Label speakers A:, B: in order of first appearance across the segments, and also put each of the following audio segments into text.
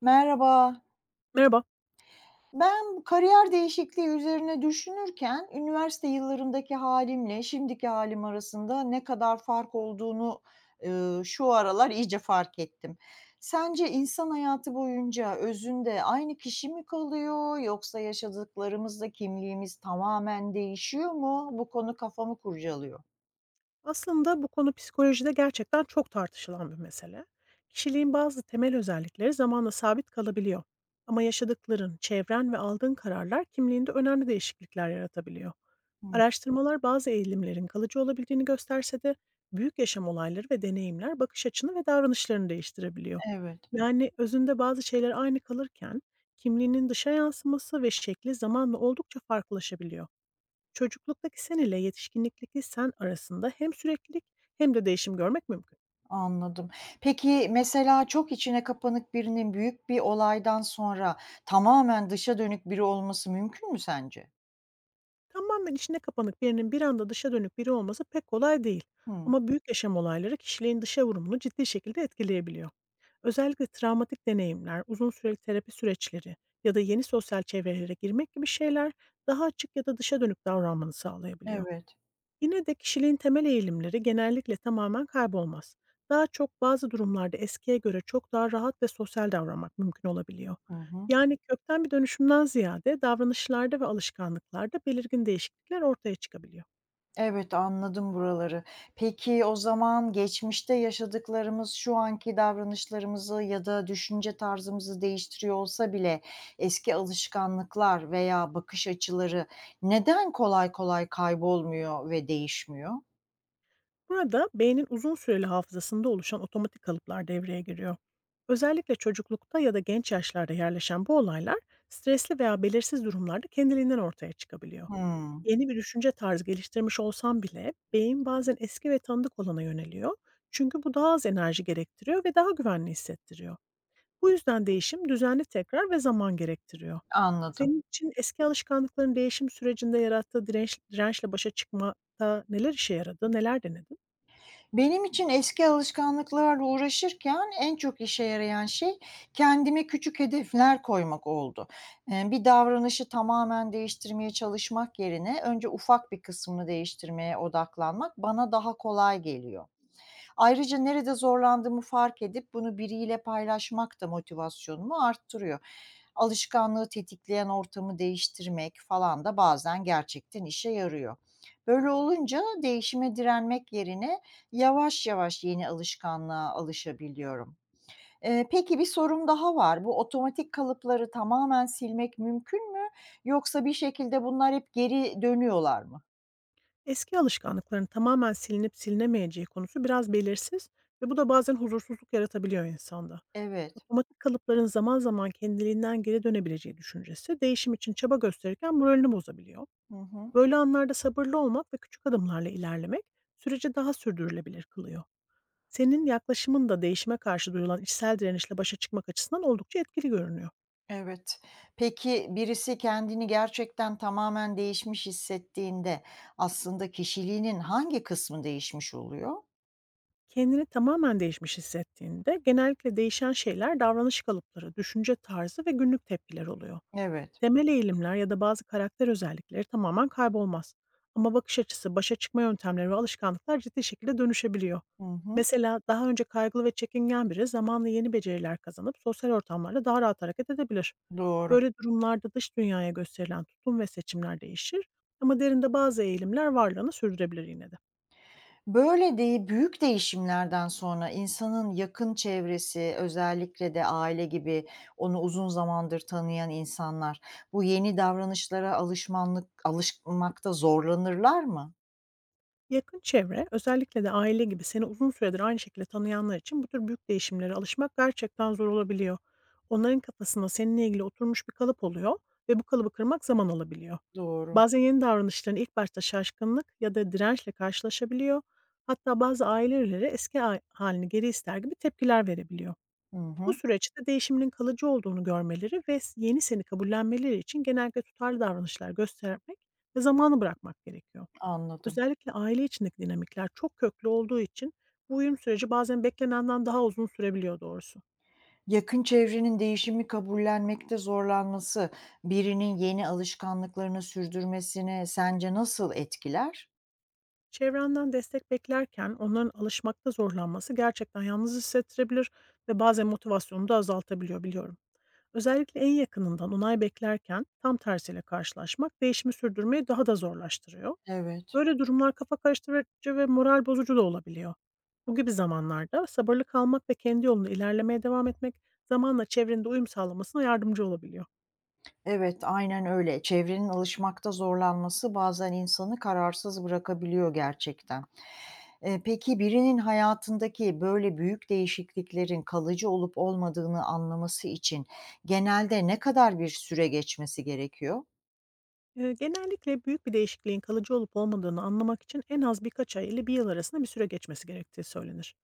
A: Merhaba.
B: Merhaba.
A: Ben kariyer değişikliği üzerine düşünürken üniversite yıllarımdaki halimle şimdiki halim arasında ne kadar fark olduğunu, şu aralar iyice fark ettim. Sence insan hayatı boyunca özünde aynı kişi mi kalıyor yoksa yaşadıklarımızla kimliğimiz tamamen değişiyor mu? Bu konu kafamı kurcalıyor.
B: Aslında bu konu psikolojide gerçekten çok tartışılan bir mesele. Kişiliğin bazı temel özellikleri zamanla sabit kalabiliyor. Ama yaşadıkların, çevren ve aldığın kararlar kimliğinde önemli değişiklikler yaratabiliyor.
A: Hı,
B: Araştırmalar bazı eğilimlerin kalıcı olabildiğini gösterse de büyük yaşam olayları ve deneyimler bakış açını ve davranışlarını değiştirebiliyor.
A: evet.
B: Yani özünde bazı şeyler aynı kalırken kimliğinin dışa yansıması ve şekli zamanla oldukça farklılaşabiliyor. Çocukluktaki sen ile yetişkinlikteki sen arasında hem süreklilik hem de değişim görmek mümkün.
A: Anladım. Peki, mesela çok içine kapanık birinin büyük bir olaydan sonra tamamen dışa dönük biri olması mümkün mü sence?
B: Tamamen içine kapanık birinin bir anda dışa dönük biri olması pek kolay değil.
A: Hıı.
B: Ama büyük yaşam olayları kişiliğin dışa vurumunu ciddi şekilde etkileyebiliyor. Özellikle travmatik deneyimler, uzun süreli terapi süreçleri ya da yeni sosyal çevrelere girmek gibi şeyler daha açık ya da dışa dönük davranmanı sağlayabiliyor.
A: Evet.
B: Yine de kişiliğin temel eğilimleri genellikle tamamen kaybolmaz. Daha çok bazı durumlarda eskiye göre çok daha rahat ve sosyal davranmak mümkün olabiliyor.
A: Hı hı.
B: Yani kökten bir dönüşümden ziyade davranışlarda ve alışkanlıklarda belirgin değişiklikler ortaya çıkabiliyor.
A: Evet, anladım buraları. Peki, o zaman geçmişte yaşadıklarımız şu anki davranışlarımızı ya da düşünce tarzımızı değiştiriyor olsa bile eski alışkanlıklar veya bakış açıları neden kolay kolay kaybolmuyor ve değişmiyor?
B: Burada beynin uzun süreli hafızasında oluşan otomatik kalıplar devreye giriyor. Özellikle çocuklukta ya da genç yaşlarda yerleşen bu olaylar stresli veya belirsiz durumlarda kendiliğinden ortaya çıkabiliyor.
A: Hıı.
B: Yeni bir düşünce tarzı geliştirmiş olsam bile beyin bazen eski ve tanıdık olana yöneliyor. Çünkü bu daha az enerji gerektiriyor ve daha güvenli hissettiriyor. Bu yüzden değişim düzenli tekrar ve zaman gerektiriyor.
A: Anladım.
B: Senin için eski alışkanlıkların değişim sürecinde yarattığı dirençle başa çıkmada neler işe yaradı, neler denedin?
A: Benim için eski alışkanlıklarla uğraşırken en çok işe yarayan şey kendime küçük hedefler koymak oldu. Bir davranışı tamamen değiştirmeye çalışmak yerine önce ufak bir kısmını değiştirmeye odaklanmak bana daha kolay geliyor. Ayrıca nerede zorlandığımı fark edip bunu biriyle paylaşmak da motivasyonumu arttırıyor. Alışkanlığı tetikleyen ortamı değiştirmek falan da bazen gerçekten işe yarıyor. Böyle olunca değişime direnmek yerine yavaş yavaş yeni alışkanlığa alışabiliyorum. Peki bir sorum daha var. Bu otomatik kalıpları tamamen silmek mümkün mü? Yoksa bir şekilde bunlar hep geri dönüyorlar mı?
B: Eski alışkanlıkların tamamen silinip silinemeyeceği konusu biraz belirsiz ve bu da bazen huzursuzluk yaratabiliyor insanda.
A: Evet.
B: Otomatik kalıpların zaman zaman kendiliğinden geri dönebileceği düşüncesi değişim için çaba gösterirken moralini bozabiliyor.
A: Hı hı.
B: Böyle anlarda sabırlı olmak ve küçük adımlarla ilerlemek süreci daha sürdürülebilir kılıyor. Senin yaklaşımın da değişime karşı duyulan içsel direnişle başa çıkmak açısından oldukça etkili görünüyor.
A: Evet. Peki birisi kendini gerçekten tamamen değişmiş hissettiğinde aslında kişiliğinin hangi kısmı değişmiş oluyor?
B: Kendini tamamen değişmiş hissettiğinde genellikle değişen şeyler davranış kalıpları, düşünce tarzı ve günlük tepkiler oluyor.
A: Evet.
B: Temel eğilimler ya da bazı karakter özellikleri tamamen kaybolmaz. Ama bakış açısı, başa çıkma yöntemleri ve alışkanlıklar ciddi şekilde dönüşebiliyor.
A: Hı hı.
B: Mesela daha önce kaygılı ve çekingen biri zamanla yeni beceriler kazanıp sosyal ortamlarda daha rahat hareket edebilir.
A: Doğru.
B: Böyle durumlarda dış dünyaya gösterilen tutum ve seçimler değişir, ama derinde bazı eğilimler varlığını sürdürebilir yine de.
A: Böyle de büyük değişimlerden sonra insanın yakın çevresi, özellikle de aile gibi onu uzun zamandır tanıyan insanlar bu yeni davranışlara alışmakta zorlanırlar mı?
B: Yakın çevre, özellikle de aile gibi seni uzun süredir aynı şekilde tanıyanlar için bu tür büyük değişimlere alışmak gerçekten zor olabiliyor. Onların kafasında seninle ilgili oturmuş bir kalıp oluyor ve bu kalıbı kırmak zaman alabiliyor.
A: Doğru.
B: Bazen yeni davranışların ilk başta şaşkınlık ya da dirençle karşılaşabiliyor. Hatta bazı aileleri eski halini geri ister gibi tepkiler verebiliyor.
A: Hı
B: Bu
A: hı.
B: süreçte değişimin kalıcı olduğunu görmeleri ve yeni seni kabullenmeleri için genellikle tutarlı davranışlar göstermek ve zamanı bırakmak gerekiyor.
A: Anladım.
B: Özellikle aile içindeki dinamikler çok köklü olduğu için bu uyum süreci bazen beklenenden daha uzun sürebiliyor doğrusu.
A: Yakın çevrenin değişimi kabullenmekte zorlanması, birinin yeni alışkanlıklarını sürdürmesini sence nasıl etkiler?
B: Çevrenden destek beklerken onların alışmakta zorlanması gerçekten yalnız hissettirebilir ve bazen motivasyonunu da azaltabiliyor, biliyorum. Özellikle en yakınından onay beklerken tam tersiyle karşılaşmak değişimi sürdürmeyi daha da zorlaştırıyor.
A: Evet.
B: Böyle durumlar kafa karıştırıcı ve moral bozucu da olabiliyor. Bu gibi zamanlarda sabırlı kalmak ve kendi yolunda ilerlemeye devam etmek zamanla çevrende uyum sağlamasına yardımcı olabiliyor.
A: Evet, aynen öyle. Çevrenin alışmakta zorlanması bazen insanı kararsız bırakabiliyor gerçekten. Peki birinin hayatındaki böyle büyük değişikliklerin kalıcı olup olmadığını anlaması için genelde ne kadar bir süre geçmesi gerekiyor?
B: Genellikle büyük bir değişikliğin kalıcı olup olmadığını anlamak için en az birkaç ay ile bir yıl arasında bir süre geçmesi gerektiği söylenir.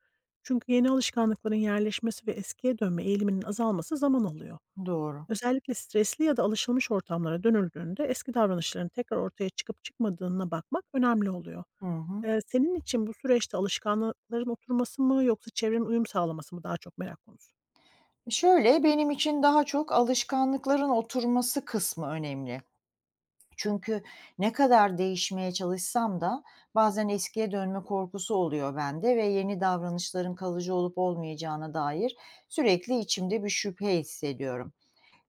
B: Çünkü yeni alışkanlıkların yerleşmesi ve eskiye dönme eğiliminin azalması zaman alıyor.
A: Doğru.
B: Özellikle stresli ya da alışılmış ortamlara dönüldüğünde eski davranışların tekrar ortaya çıkıp çıkmadığına bakmak önemli oluyor.
A: Hı hı.
B: Senin için bu süreçte alışkanlıkların oturması mı yoksa çevrenin uyum sağlaması mı daha çok merak konusu?
A: Şöyle, benim için daha çok alışkanlıkların oturması kısmı önemli. Çünkü ne kadar değişmeye çalışsam da bazen eskiye dönme korkusu oluyor bende ve yeni davranışların kalıcı olup olmayacağına dair sürekli içimde bir şüphe hissediyorum.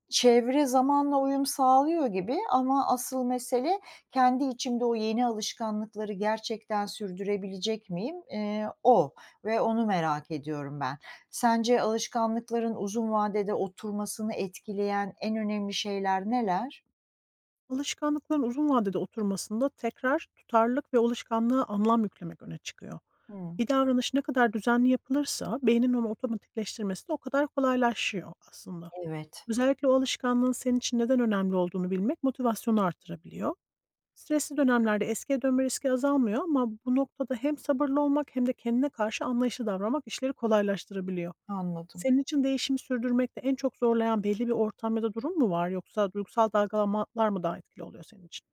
A: Çevre zamanla uyum sağlıyor gibi ama asıl mesele kendi içimde o yeni alışkanlıkları gerçekten sürdürebilecek miyim? O ve onu merak ediyorum ben. Sence alışkanlıkların uzun vadede oturmasını etkileyen en önemli şeyler neler?
B: Alışkanlıkların uzun vadede oturmasında tekrar, tutarlılık ve alışkanlığa anlam yüklemek öne çıkıyor.
A: Hımm,
B: Bir davranış ne kadar düzenli yapılırsa beynin onu otomatikleştirmesi de o kadar kolaylaşıyor aslında.
A: evet,
B: Özellikle o alışkanlığın senin için neden önemli olduğunu bilmek motivasyonu artırabiliyor. Stresli dönemlerde eskiye dönme riski azalmıyor, ama bu noktada hem sabırlı olmak hem de kendine karşı anlayışlı davranmak işleri kolaylaştırabiliyor.
A: anladım.
B: Senin için değişimi sürdürmekte en çok zorlayan belli bir ortam ya da durum mu var, yoksa duygusal dalgalanmalar mı daha etkili oluyor senin için?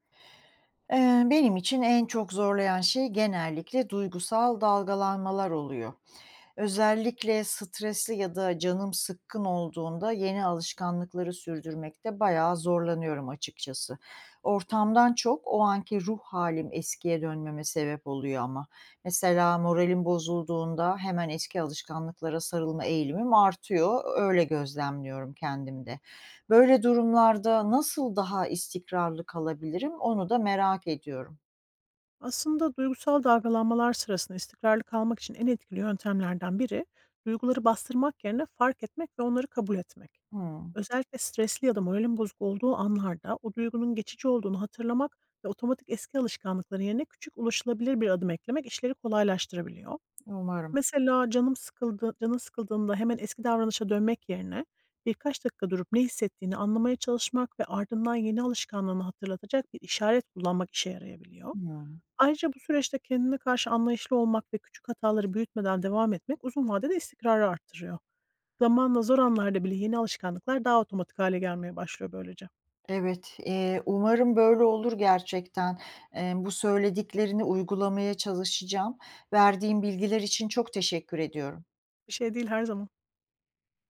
A: Benim için en çok zorlayan şey genellikle duygusal dalgalanmalar oluyor. Özellikle stresli ya da canım sıkkın olduğunda yeni alışkanlıkları sürdürmekte bayağı zorlanıyorum açıkçası. Ortamdan çok o anki ruh halim eskiye dönmeme sebep oluyor ama. Mesela moralim bozulduğunda hemen eski alışkanlıklara sarılma eğilimim artıyor. Öyle gözlemliyorum kendimde. Böyle durumlarda nasıl daha istikrarlı kalabilirim onu da merak ediyorum.
B: Aslında duygusal dalgalanmalar sırasında istikrarlı kalmak için en etkili yöntemlerden biri, duyguları bastırmak yerine fark etmek ve onları kabul etmek.
A: Hımm,
B: Özellikle stresli ya da moralin bozuk olduğu anlarda o duygunun geçici olduğunu hatırlamak ve otomatik eski alışkanlıkların yerine küçük, ulaşılabilir bir adım eklemek işleri kolaylaştırabiliyor.
A: umarım.
B: Mesela canım sıkıldı canın sıkıldığında hemen eski davranışa dönmek yerine birkaç dakika durup ne hissettiğini anlamaya çalışmak ve ardından yeni alışkanlığını hatırlatacak bir işaret kullanmak işe yarayabiliyor.
A: Hıı.
B: Ayrıca bu süreçte kendine karşı anlayışlı olmak ve küçük hataları büyütmeden devam etmek uzun vadede istikrarı arttırıyor. Zamanla zor anlarda bile yeni alışkanlıklar daha otomatik hale gelmeye başlıyor böylece.
A: Evet, umarım böyle olur gerçekten. Bu söylediklerini uygulamaya çalışacağım. Verdiğin bilgiler için çok teşekkür ediyorum.
B: Bir şey değil, her zaman.